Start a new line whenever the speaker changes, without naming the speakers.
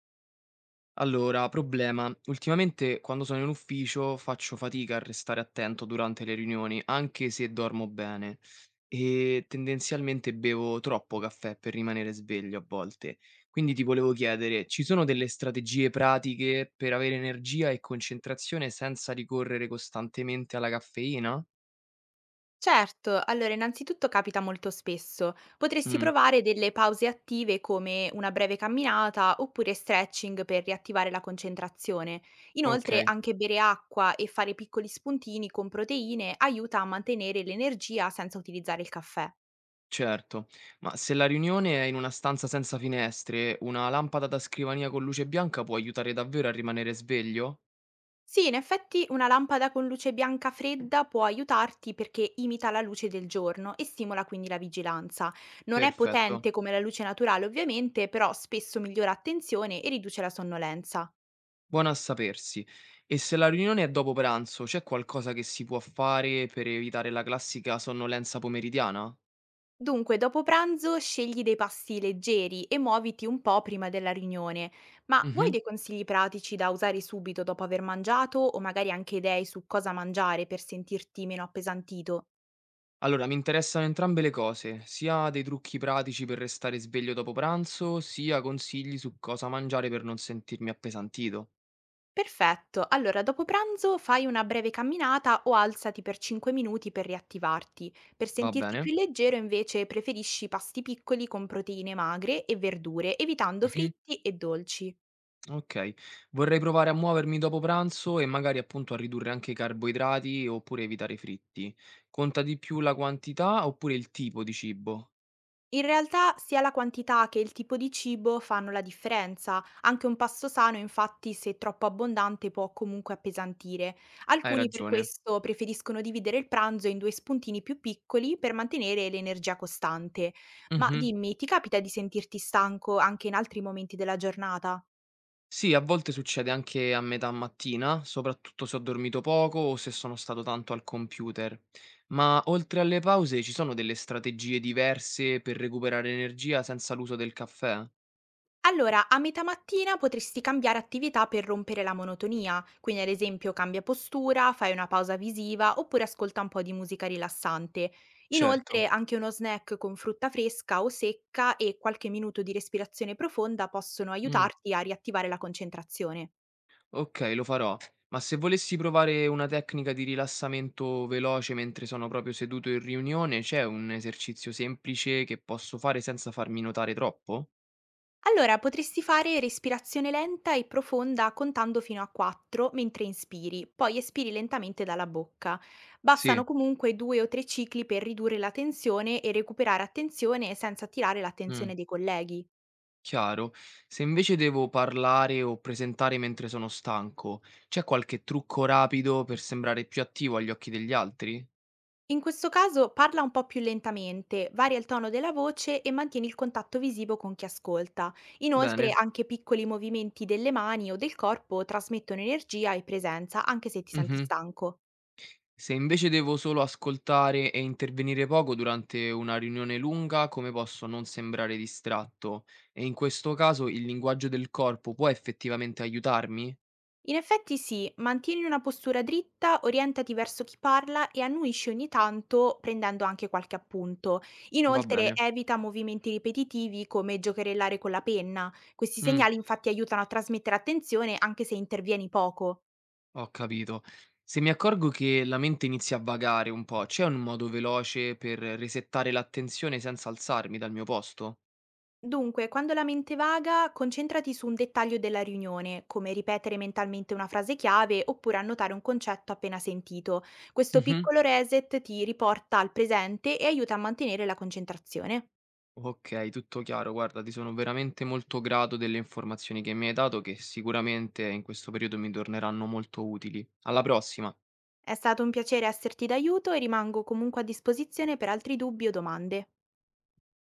Allora, problema. Ultimamente quando sono in ufficio faccio fatica a restare attento durante le riunioni, anche se dormo bene. E tendenzialmente bevo troppo caffè per rimanere sveglio a volte. Quindi ti volevo chiedere, ci sono delle strategie pratiche per avere energia e concentrazione senza ricorrere costantemente alla caffeina?
Certo, allora innanzitutto capita molto spesso. Potresti
Mm,
provare delle pause attive come una breve camminata oppure stretching per riattivare la concentrazione.
ok,
Inoltre anche bere acqua e fare piccoli spuntini con proteine aiuta a mantenere l'energia senza utilizzare il caffè.
certo. Ma se la riunione è in una stanza senza finestre, una lampada da scrivania con luce bianca può aiutare davvero a rimanere sveglio?
Sì, in effetti una lampada con luce bianca fredda può aiutarti perché imita la luce del giorno e stimola quindi la vigilanza. Non è
Perfetto,
potente come la luce naturale ovviamente, però spesso migliora attenzione e riduce la sonnolenza.
buona a sapersi. E se la riunione è dopo pranzo, c'è qualcosa che si può fare per evitare la classica sonnolenza pomeridiana?
Dunque, dopo pranzo scegli dei pasti leggeri e muoviti un po' prima della riunione. Ma vuoi
Mhm.
dei consigli pratici da usare subito dopo aver mangiato o magari anche idee su cosa mangiare per sentirti meno appesantito?
Allora, mi interessano entrambe le cose, sia dei trucchi pratici per restare sveglio dopo pranzo, sia consigli su cosa mangiare per non sentirmi appesantito.
Perfetto, allora dopo pranzo fai una breve camminata o alzati per 5 minuti per riattivarti. Per
Va
sentirti
bene?
più leggero invece preferisci pasti piccoli con proteine magre e verdure, evitando
Mhm.
fritti e dolci.
Ok, vorrei provare a muovermi dopo pranzo e magari appunto a ridurre anche i carboidrati oppure evitare i fritti. Conta di più la quantità oppure il tipo di cibo?
In realtà sia la quantità che il tipo di cibo fanno la differenza. Anche un pasto sano, infatti, se troppo abbondante può comunque appesantire.
Hai
Alcuni per
ragione.
questo preferiscono dividere il pranzo in due spuntini più piccoli per mantenere l'energia costante. Ma
Mh-mh.
dimmi, ti capita di sentirti stanco anche in altri momenti della giornata?
Sì, a volte succede anche a metà mattina, soprattutto se ho dormito poco o se sono stato tanto al computer. Ma oltre alle pause ci sono delle strategie diverse per recuperare energia senza l'uso del caffè?
Allora, a metà mattina potresti cambiare attività per rompere la monotonia, quindi ad esempio cambia postura, fai una pausa visiva oppure ascolta un po' di musica rilassante. Inoltre
Certo.
anche uno snack con frutta fresca o secca e qualche minuto di respirazione profonda possono
Mh,
aiutarti a riattivare la concentrazione.
okay, lo farò. Ma se volessi provare una tecnica di rilassamento veloce mentre sono proprio seduto in riunione, c'è un esercizio semplice che posso fare senza farmi notare troppo?
Allora, potresti fare respirazione lenta e profonda contando fino a 4 mentre inspiri, poi espiri lentamente dalla bocca.
Sì.
Bastano comunque due o tre cicli per ridurre la tensione e recuperare attenzione senza attirare
Mh.
l'attenzione dei colleghi.
Chiaro. Se invece devo parlare o presentare mentre sono stanco, c'è qualche trucco rapido per sembrare più attivo agli occhi degli altri?
In questo caso parla un po' più lentamente, varia il tono della voce e mantieni il contatto visivo con chi ascolta. Inoltre
Bene.
anche piccoli movimenti delle mani o del corpo trasmettono energia e presenza anche se ti senti
Mhm.
stanco.
Se invece devo solo ascoltare e intervenire poco durante una riunione lunga, come posso non sembrare distratto? E in questo caso il linguaggio del corpo può effettivamente aiutarmi?
In effetti sì, mantieni una postura dritta, orientati verso chi parla e annuisci ogni tanto prendendo anche qualche appunto.
Va
Inoltre
bene.
evita movimenti ripetitivi come giocherellare con la penna. Questi
Mm.
segnali infatti aiutano a trasmettere attenzione anche se intervieni poco.
Ho capito. Se mi accorgo che la mente inizia a vagare un po', c'è un modo veloce per resettare l'attenzione senza alzarmi dal mio posto?
Dunque, quando la mente vaga, concentrati su un dettaglio della riunione, come ripetere mentalmente una frase chiave oppure annotare un concetto appena sentito. Questo
Mhm.
piccolo reset ti riporta al presente e aiuta a mantenere la concentrazione.
Ok, tutto chiaro. Guarda, ti sono veramente molto grato delle informazioni che mi hai dato, che sicuramente in questo periodo mi torneranno molto utili. Alla prossima!
È stato un piacere esserti d'aiuto e rimango comunque a disposizione per altri dubbi o domande.